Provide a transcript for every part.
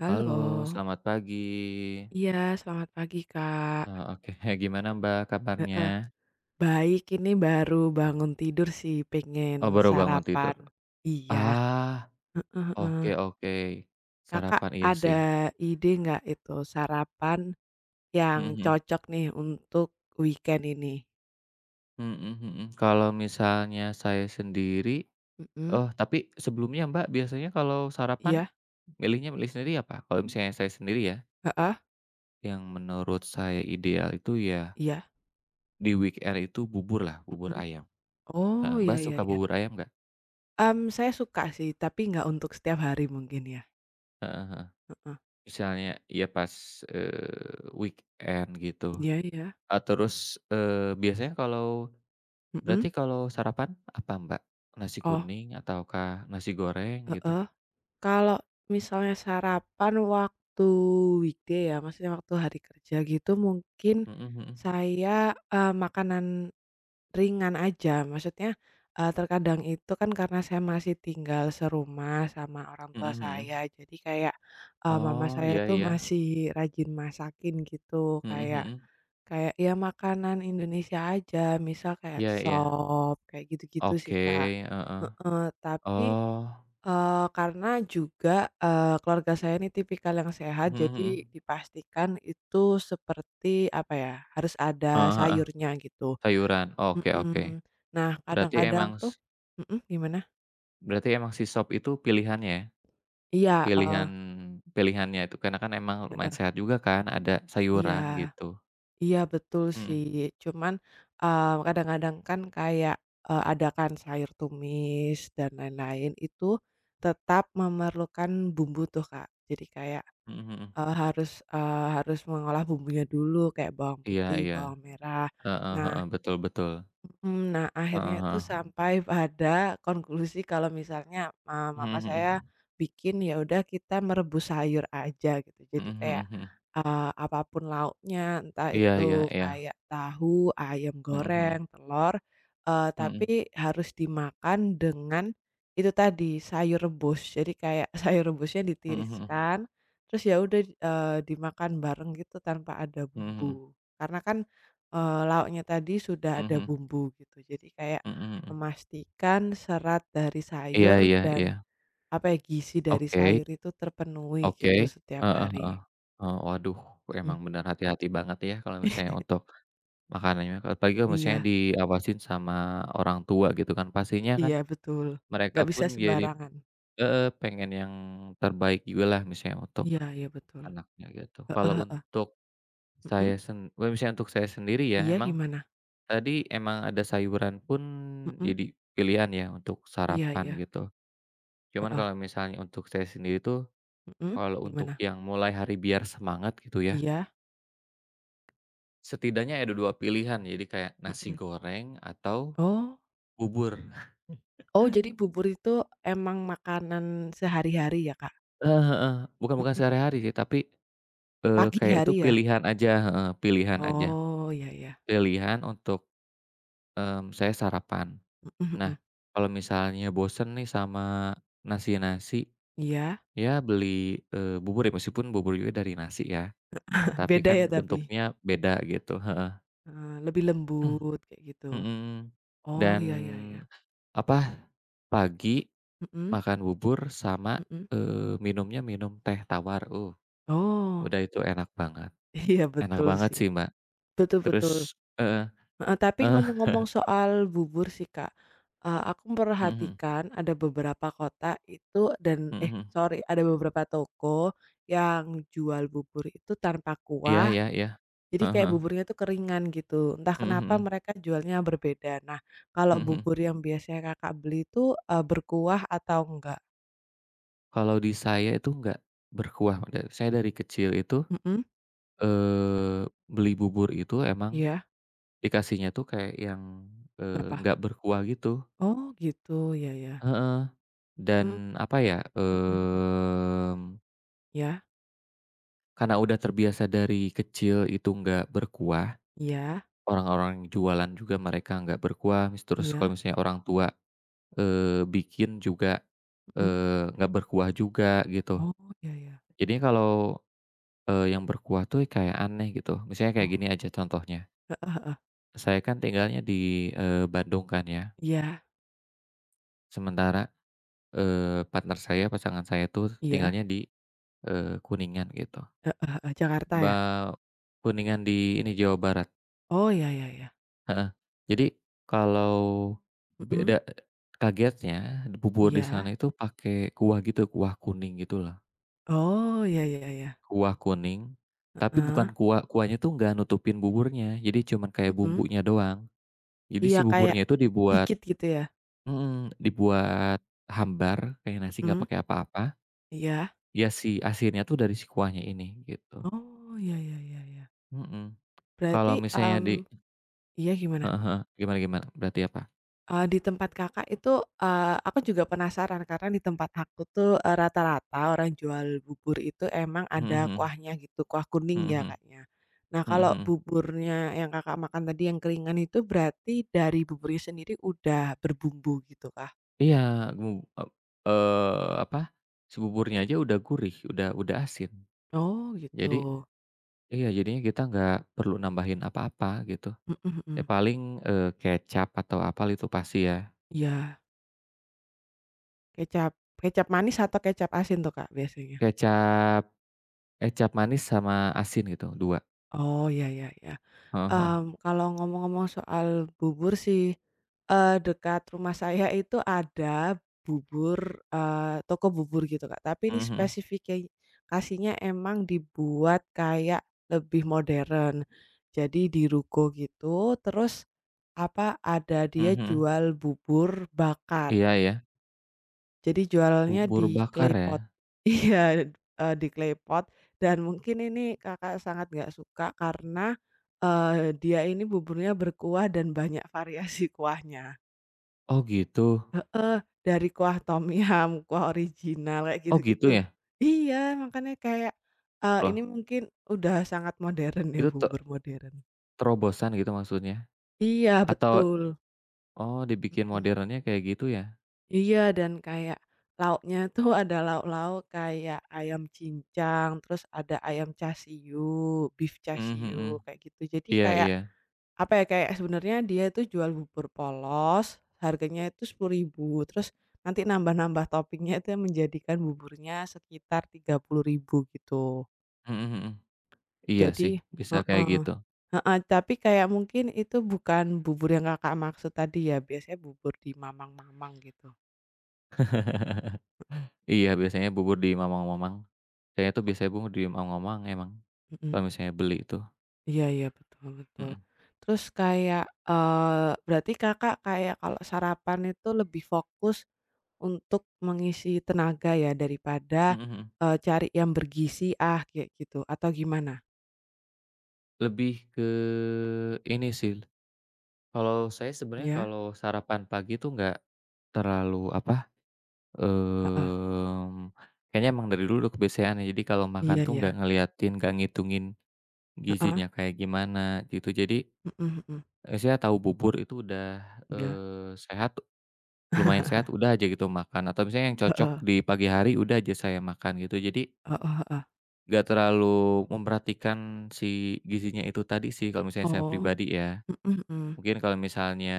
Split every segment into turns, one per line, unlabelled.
Halo,
Halo, selamat pagi.
iya selamat pagi Kak,
Oh, oke. Gimana Mbak kabarnya?
heeh, baik ini baru bangun tidur sih pengen
Oh, baru bangun tidur.
sarapan. Iya,
Ah,
heeh heeh.
oke oke.
Kakak
Sarapan iya sih.
ada ide nggak itu sarapan yang
Mhm mhm.
cocok nih untuk weekend ini?
Mhm mhm. Kalau misalnya saya sendiri
Mhm,
oh, tapi sebelumnya Mbak biasanya kalau sarapan
iya,
milih sendiri apa? Kalau misalnya saya sendiri ya,
heeh,
yang menurut saya ideal itu ya
iya,
di weekend itu bubur lah, bubur
mhm.
ayam. Heeh,
Oh iya
Mbak
iya
suka
iya,
bubur ayam nggak?
saya suka sih tapi nggak untuk setiap hari mungkin ya,
Heeh.
heeh.
Misalnya ya pas, weekend gitu,
Iya iya,
terus, biasanya kalau
mhm,
berarti kalau sarapan apa, Mbak? Nasi
oh,
kuning ataukah nasi goreng gitu?
heeh. Kalau misalnya sarapan waktu weekday ya, maksudnya waktu hari kerja gitu mungkin
Mhm mhm.
saya, makanan ringan aja. Maksudnya, terkadang itu kan karena saya masih tinggal serumah sama orang
Mhm
tua
mhm.
saya, jadi kayak, mama
Oh,
saya
iya
tuh
iya.
masih rajin masakin gitu.
Mhm
Kayak
mhm.
kayak ya makanan Indonesia aja, misal kayak
Iya iya.
sop, kayak gitu-gitu sih, Kak.
Oke, heeh.
Heeh, tapi
Oh.
Karena juga, keluarga saya ini tipikal yang sehat,
Mhm
jadi
mhm.
dipastikan itu seperti apa ya, harus ada
Heeh heeh,
sayurnya gitu.
sayuran. Oke oke.
Mhm. Nah,
Berarti iya. Emang
kadang-kadang
s
tuh mhm, gimana?
berarti emang si sop itu pilihannya ya?
Iya, heeh
Pilihan pilihannya itu karena kan emang lumayan
heeh,
sehat juga kan, ada sayuran
iya
gitu.
iya betul
Mhm,
sih, cuman, kadang-kadang kan kayak, ada kan sayur tumis dan lain-lain, itu tetap memerlukan bumbu tuh, Kak. Jadi kayak
mhm mhm.
Harus mengolah bumbunya dulu kayak bawang
Iya
putih,
iya.
bawang merah.
Heeh
Nah,
heeh, betul betul.
nah,
Heeh
akhirnya itu
heeh.
sampai pada konklusi kalau misalnya,
Mhm
mama saya
mhm.
bikin, ya udah kita merebus sayur aja gitu.
Mhm
Jadi kayak,
mhm mhm.
apa lauknya, entah
Iya iya
itu
iya.
kayak tahu, ayam
Mhm mhm.
goreng, telur,
Mhm.
tapi harus dimakan dengan itu tadi, sayur rebus. Jadi kayak sayur rebusnya
Mhm mhm.
ditiriskan, terus ya udah, dimakan bareng gitu tanpa ada
Mhm mhm.
bumbu. Karena kan lauknya tadi sudah
Mhm
ada
mhm.
bumbu gitu. Jadi kayak
Mhm mhm.
memastikan serat dari
Iya
sayur
iya iya.
dan apa ya, gizi dari
Oke
sayur itu terpenuhi
oke.
gitu setiap
Heeh heeh.
hari.
Waduh, emang
Mhm.
bener hati-hati banget ya kalau misalnya untuk makanannya, apalagi kalau misalnya
Iya
diawasin sama orang tua gitu kan, pastinya kan
iya betul.
mereka
Nggak bisa
pun jadi
sembarangan.
heeh, pengen yang terbaik jugalah misalnya untuk
Iya iya betul.
anaknya gitu.
Heeh heeh. Mhm.
Kalau misalnya untuk saya sendiri ya,
Iya
emang
gimana?
tadi emang ada sayuran pun
Mhm.
jadi pilihan ya untuk
Iya
sarapan
iya.
gitu. Cuman
Heeh.
kalau misalnya untuk saya sendiri tuh,
Mhm.
kalau untuk
Gimana?
yang mulai hari biar semangat gitu ya,
Iya.
setidaknya ada 2 pilihan, jadi kayak nasi
Mhm.
goreng atau
Oh
bubur.
oh jadi bubur itu emang makanan sehari-hari ya, Kak?
Heeh heeh, bukan bukan
Mhm.
sehari-hari sih, tapi,
Pagi
kayak itu
hari ya?
pilihan aja heeh, pilihan aja.
Oh, iya iya.
Pilihan untuk, saya sarapan.
Mhm mhm.
Nah, kalau misalnya bosen nih sama nasi-nasi,
Iya,
ya beli, bubur ya, meskipun bubur juga dari nasi ya, tapi
beda ya
kan
tapi?
bentuknya beda gitu, heeh.
Heeh, lebih lembut kayak gitu.
Mhm,
Oh,
dan
iya iya iya.
apa, pagi
Mhm
makan bubur sama,
mhm.
minumnya minum teh tawar,
Oh,
udah itu
iya
enak
betul
banget
sih.
sih, Mbak.
Betul betul.
Terus heeh,
Heeh, tapi
heeh,
ngomong-ngomong soal bubur sih, Kak, eee, aku
mhm mhm,
memperhatikan ada beberapa kota itu dan
mhm
eh,
mhm.
sorry, ada beberapa toko yang jual bubur itu tanpa
Iya
kuah
iya iya.
Jadi
Heeh
kayak
heeh.
buburnya tuh keringan gitu, entah
Mhm
kenapa
mhm,
mereka jualnya berbeda. Nah, kalau
mhm mhm.
bubur yang biasanya Kakak beli itu, eee, berkuah atau enggak?
Kalau di saya itu nggak berkuah, da saya dari kecil itu,
Mhm,
beli bubur itu emang
iya,
dikasihnya tuh kayak yang,
kenapa?
nggak berkuah gitu
Oh gitu, ya ya,
heeh,
mmm,
dan apa ya,
mhm mhm, iya
karena udah terbiasa dari kecil itu nggak berkuah,
iya
orang-orang yang jualan juga mereka nggak berkuah, mis terus
iya,
kalau misalnya orang tua, bikin juga,
mhm,
nggak berkuah juga gitu.
oh ya ya,
Jadi kalau yang berkuah tuh kayak aneh gitu. Misalnya kayak gini
oh,
aja contohnya,
heeh heeh,
saya kan tinggalnya di, Bandung kan ya,
iya
sementara, partner saya, pasangan saya tuh
iya,
tinggalnya di, Kuningan gitu.
heeh heeh, Jakarta ya?
Ba Kuningan di ini, Jawa Barat
Oh ya ya ya,
heeh. Jadi kalau
mhm,
beda kagetnya bubur di
iya,
sana itu pakai kuah gitu, kuah kuning gitu loh.
oh ya ya ya,
Kuah kuning, tapi
heeh,
bukan kuah kuahnya tuh nggak nutupin buburnya, jadi cuman kayak
mhm,
bumbunya doang. Jadi si
iya kayak
buburnya itu dibuat
dikit gitu ya?
mhm, dibuat hambar kayak nasi nggak
Mhm,
pakai apa-apa,
iya.
ya si asinnya tuh dari si kuahnya ini gitu,
Oh, ya ya ya ya.
mhm.
Berarti,
Kalau misalnya di
mmm, iya gimana?
heeh heeh, gimana gimana? Berarti apa?
Eee, di tempat Kakak itu, eee, aku juga penasaran karena di tempat aku tuh, eee, rata-rata orang jual bubur itu emang
Mhm
ada
mhm,
kuahnya gitu, kuah
mhm
kuning ya,
mhm,
Kaknya. Nah,
mhm
kalau
mhm.
buburnya yang Kakak makan tadi yang keringan itu berarti dari buburnya sendiri udah berbumbu gitu kah?
Iya, mu ep apa, si buburnya aja udah gurih, udah asin.
Oh, gitu.
Jadi iya, jadinya kita nggak perlu nambahin apa-apa gitu.
Mhm
Ya
mhm.
paling, kecap atau apa itu pasti ya,
Iya. Kecap kecap manis atau kecap asin tuh, Kak, biasanya?
kecap kecap manis sama asin gitu, 2.
Oh, ya ya ya.
Heeh heeh,
Mmm, kalau ngomong-ngomong soal bubur sih, eee, dekat rumah saya itu ada bubur, eee, toko bubur gitu, Kak, tapi ini
mhm mhm.
spesifikasinya emang dibuat kayak lebih modern. Jadi di ruko gitu, terus, apa, ada
Mhm
dia
mhm.
jual bubur bakar.
Iya ya,
Jadi jualnya
bubur
di
bakar ya?
Klepot. Iya, eee, di Klepot dan mungkin ini Kakak sangat nggak suka karena, eee, dia ini buburnya berkuah dan banyak variasi kuahnya.
Oh gitu
Heeh, dari kuah tom yum, kuah original, kayak
oh
gitu-gitu.
gitu ya?
Iya, makanya kayak, eee, ini
Loh,
mungkin udah sangat modern ya,
itu te
bubur modern.
terobosan gitu maksudnya?
Iya,
Atau
betul.
oh dibikin
Mhm.
modernnya kayak gitu ya?
Iya, dan kayak lauknya tuh ada lauk-lauk kayak ayam cincang, terus ada ayam chasiu, beef
Mhm mhm.
chasiu, kayak gitu. Jadi
Iya
kayak,
iya.
apa ya, kayak sebenarnya dia itu jual bubur polos, harganya itu 10 ribu. Terus nanti nambah-nambah toppingnya itu yang menjadikan buburnya sekitar 30 ribu gitu.
Mhm mhm. Iya
Jadi
sih, bisa kayak
heeh,
gitu.
heeh, tapi kayak mungkin itu bukan bubur yang Kakak maksud tadi ya, biasanya bubur di mamang-mamang gitu.
Iya, biasanya bubur di mamang-mamang. Kayaknya tuh biasanya bubur di mamang-mamang emang,
Mhm.
kalau misalnya beli tuh.
Iya iya, betul betul.
Mhm.
Terus kayak, eee, berarti Kakak kayak kalau sarapan itu lebih fokus untuk mengisi tenaga ya daripada,
Mhm mhm.
eee, cari yang bergizi, ah, kayak gitu atau gimana?
Lebih ke ini sih, kalau saya sebenarnya
Ya?
kalau sarapan pagi tuh nggak terlalu apa
Heeh.
Mmm, kayaknya emang dari dulu udah kebiasaan ya, jadi kalau
Iya
makan tuh
iya.
nggak ngeliatin, nggak ngitungin
Heeh.
gizinya kayak gimana gitu. Jadi,
Mhm mhm.
saya tahu bubur itu udah,
Iya.
sehat, lumayan sehat, udah aja gitu makan, atau misalnya yang cocok
Heeh.
di pagi hari, udah aja saya makan gitu. Jadi
Heeh heeh.
nggak terlalu memperhatikan si gizinya itu tadi sih kalau misalnya saya
Oh.
pribadi ya.
Mhm mhm.
Mungkin kalau misalnya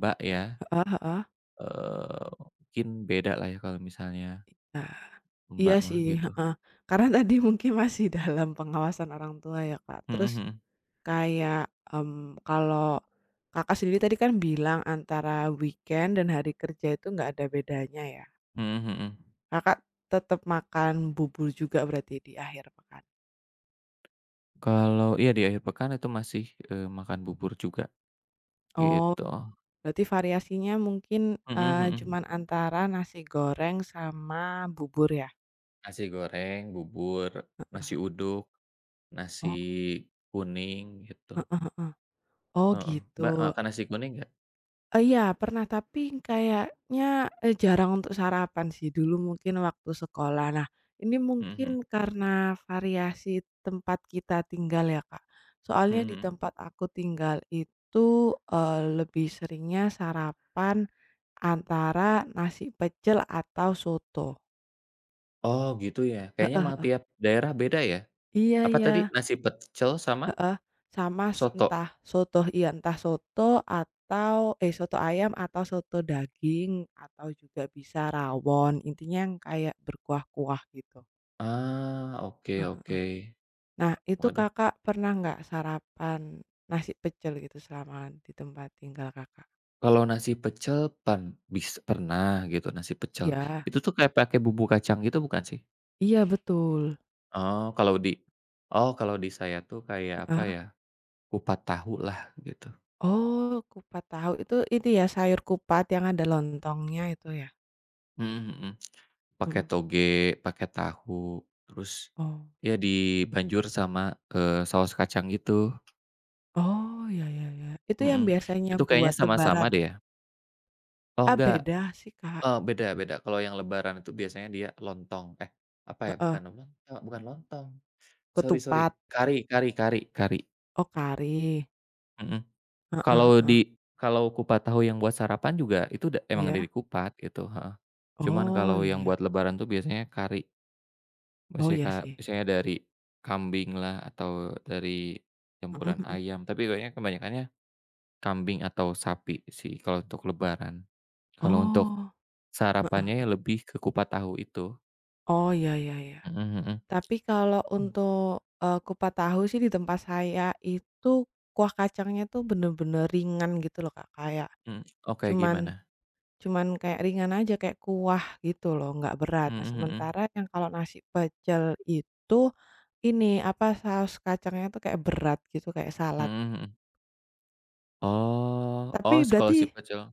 Mbak ya,
Heeh heeh.
eee, mungkin beda lah ya kalau misalnya
Nah, iya
Mbak mah
sih,
gitu.
heeh. Karena tadi mungkin masih dalam pengawasan orang tua ya, Kak.
Mhm
Terus
mhm.
kayak, kalau Kakak sendiri tadi kan bilang antara weekend dan hari kerja itu nggak ada bedanya ya?
Mhm mhm.
Kakak tetap makan bubur juga berarti di akhir pekan?
Kalau iya di akhir pekan itu masih, makan bubur juga
Oh,
gitu.
berarti variasinya mungkin,
Mhm mhm.
cuman antara nasi goreng sama bubur ya?
Nasi goreng, bubur, nasi uduk, nasi
Oh,
kuning gitu,
heeh. Oh
heeh. Mbak
gitu.
makan nasi kuning nggak?
Iya pernah, tapi kayaknya, jarang untuk sarapan sih, dulu mungkin waktu sekolah. Nah, ini
Mhm
mungkin
mhm.
karena variasi tempat kita tinggal ya, Kak.
Mhm
Soalnya di
mhm.
tempat aku tinggal itu, lebih seringnya sarapan antara nasi pecel atau soto.
Oh gitu ya? Kayaknya emang
Heeh,
tiap daerah beda ya?
iya
Apa tadi
iya.
nasi pecel sama
Heeh, sama
soto?
entah soto iya, entah soto atau eh, soto ayam atau soto daging atau juga bisa rawon, intinya yang kayak berkuah-kuah gitu,
Ah, oke
heeh.
oke.
Nah, itu
Waduh,
Kakak pernah nggak sarapan nasi pecel gitu selama di tempat tinggal Kakak?
kalau nasi pecel pan bis pernah gitu nasi pecel,
Iya
itu tuh kayak pakai bumbu kacang gitu bukan sih?
iya betul,
Oh, kalau di oh, kalau di saya tuh kayak apa
heeh.
ya, kupat tahu lah gitu.
Oh, kupat tahu itu ya sayur kupat yang ada lontongnya itu ya?
Mhm mhm. Pakai
Mhm.
toge, pakai tahu, terus
Oh
ya dibanjur sama, saus kacang gitu,
oh, ya ya ya. Itu yang
mhm.
biasanya
Itu kayaknya
buat lebaran?
sama-sama deh ya? Oh
Ah,
enggak,
beda sih, Kak,
beda beda. Kalau yang lebaran itu biasanya dia lontong, eh, apa ya,
heeh,
bukan lontong bukan lontong, sorry sorry.
ketupat,
Kari kari kari kari,
oh kari,
mhm.
heeh
Kalau
heeh,
di kalau kupat tahu yang buat sarapan juga itu da emang dari
iya,
kupat gitu, heeh. Cuman
oh
kalau
iya
yang
iya,
buat lebaran tuh biasanya kari,
oh
biasanya
iya
ka
sih,
biasanya dari kambinglah atau dari
mhm
campuran
mhm,
ayam, tapi kayaknya kebanyakannya kambing atau sapi sih kalau untuk lebaran. Kalau untuk
oh,
sarapannya
heeh,
ya lebih ke kupat tahu itu.
oh iya iya iya.
Mhm mhm.
Tapi kalau untuk, kupat tahu sih di tempat saya itu kuah kacangnya tuh bener-bener ringan gitu loh, Kak, kayak
Mhm, oh kayak
cuman
gimana?
cuman kayak ringan aja kayak kuah gitu loh, nggak berat. Nah,
Mhm
sementara
mhm.
yang kalau nasi pecel itu ini, apa, saus kacangnya tuh kayak berat gitu, kayak salad.
Mhm mhm. Oh,
Tapi
oh s kalau
berarti
si pecel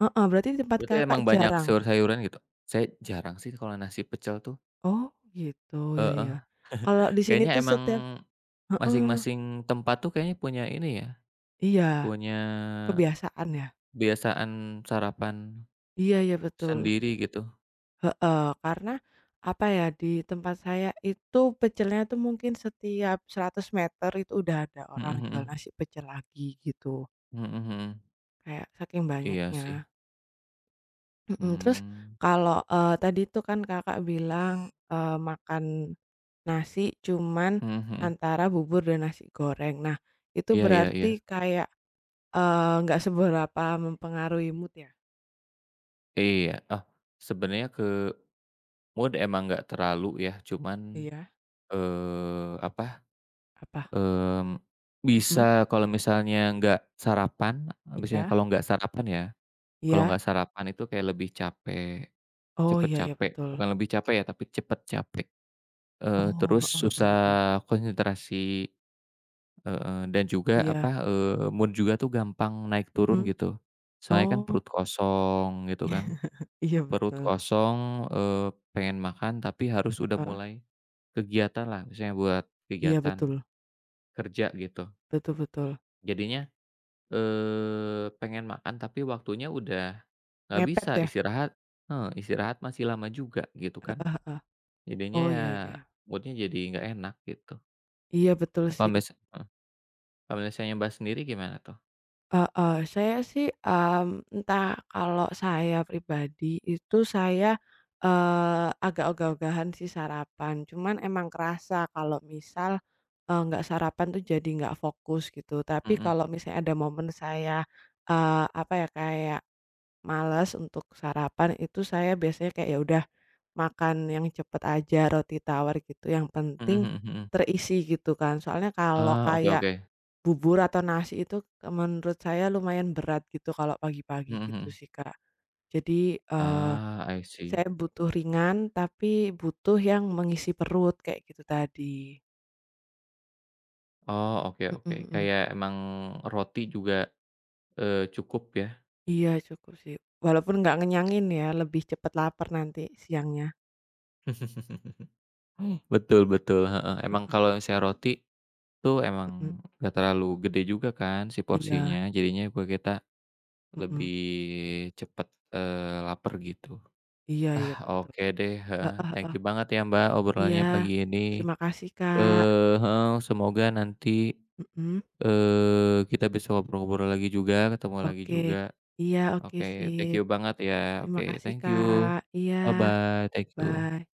heeh, berarti di tempat
berarti
Kakak
emang banyak
jarang?
sayur-sayuran gitu? Saya jarang sih kalau nasi pecel tuh
Oh gitu, ya
heeh.
ya. Kalau di sini
Kayaknya
tuh
emang
setiap heeh,
masing-masing tempat tuh kayaknya punya ini ya,
iya,
punya
kebiasaan ya?
kebiasaan sarapan
Iya iya betul,
sendiri gitu.
heeh, karena apa ya, di tempat saya itu pecelnya tuh mungkin setiap 100 meter itu udah ada
Mhm
orang jual
mhm.
nasi pecel lagi gitu,
Mhm mhm.
kayak saking
Iya
banyaknya.
sih.
Mhm, terus
Mmm.
kalau, tadi tuh kan Kakak bilang, makan nasi cuman
Mhm mhm.
antara bubur dan nasi goreng. Nah, itu
Iya iya iya.
berarti kayak, nggak seberapa mempengaruhi mood ya?
Iya. Oh, sebenarnya ke mood emang nggak terlalu ya, cuman,
Iya,
apa,
apa?
mmm,
Mhm,
bisa kalau misalnya nggak sarapan, misalnya
iya
kalau nggak sarapan ya kalau nggak
iya.
sarapan itu kayak lebih capek,
Oh,
cepet
iya iya
capek,
betul.
bukan lebih capek ya, tapi cepet capek,
Oh,
terus
heeh heeh, betul.
susah konsentrasi, heeh, dan juga
Iya,
apa, mood juga tuh gampang naik turun
mhm.
gitu. Soalnya kan
Oh,
perut kosong gitu kan,
iya
perut
betul,
kosong, eee, pengen makan tapi harus udah
heeh.
mulai kegiatan lah, misalnya buat
Iya
kegiatan
betul,
kerja gitu.
betul betul.
Jadinya pengen makan tapi waktunya udah nggak
Mepet
bisa
ya?
istirahat heeh, istirahat masih lama juga gitu kan.
Heeh heeh.
Jadinya
Oh,
ya
iya iya.
mood-nya jadi nggak enak gitu.
Iya betul
Nah kalau
sih.
biasa heeh, kalau misalnya Mbak sendiri gimana tuh?
Heeh, saya sih, entah kalau saya pribadi itu saya, agak ogah-ogahan sih sarapan, cuman emang kerasa kalau misal, nggak sarapan tuh jadi nggak fokus gitu. Tapi
Mhm,
kalau misalnya ada momen saya, apa ya, kayak males untuk sarapan itu saya biasanya kayak, ya udah makan yang cepet aja, roti tawar gitu, yang
mhm
penting
mhm mhm.
terisi gitu kan. Soalnya kalau
Ah, oke
kayak
oke.
bubur atau nasi itu menurut saya lumayan berat gitu kalau
Mhm
pagi-pagi gitu
mhm.
sih, Kak. Jadi,
Ah, I see.
saya butuh ringan tapi butuh yang mengisi perut kayak gitu tadi.
Oh, oke
Mhm
oke.
mhm.
Kayak emang roti juga, cukup ya.
Iya cukup sih, walaupun nggak ngenyangin ya, lebih cepet lapar nanti siangnya.
Betul betul, heeh. Emang kalau misalnya roti tuh
Mhm,
emang gak terlalu gede juga kan si
iya,
porsinya, jadinya kita
mhm.
lebih cepet, laper gitu.
Iya
Ah,
iya betul.
oke deh, heeh,
Heeh
thank
heeh.
you banget ya Mbak,
Iya.
obrolannya pagi ini,
Terima kasih, Kak.
eh heeh, semoga nanti,
Mhm,
eh kita bisa ngobrol-ngobrol lagi juga, ketemu lagi
oke.
juga.
Iya, oke
Oke, thank
sip.
you banget ya,
Terima
oke,
kasih,
thank you,
Kak. Iya,
bye-bye, thank
bye.
you.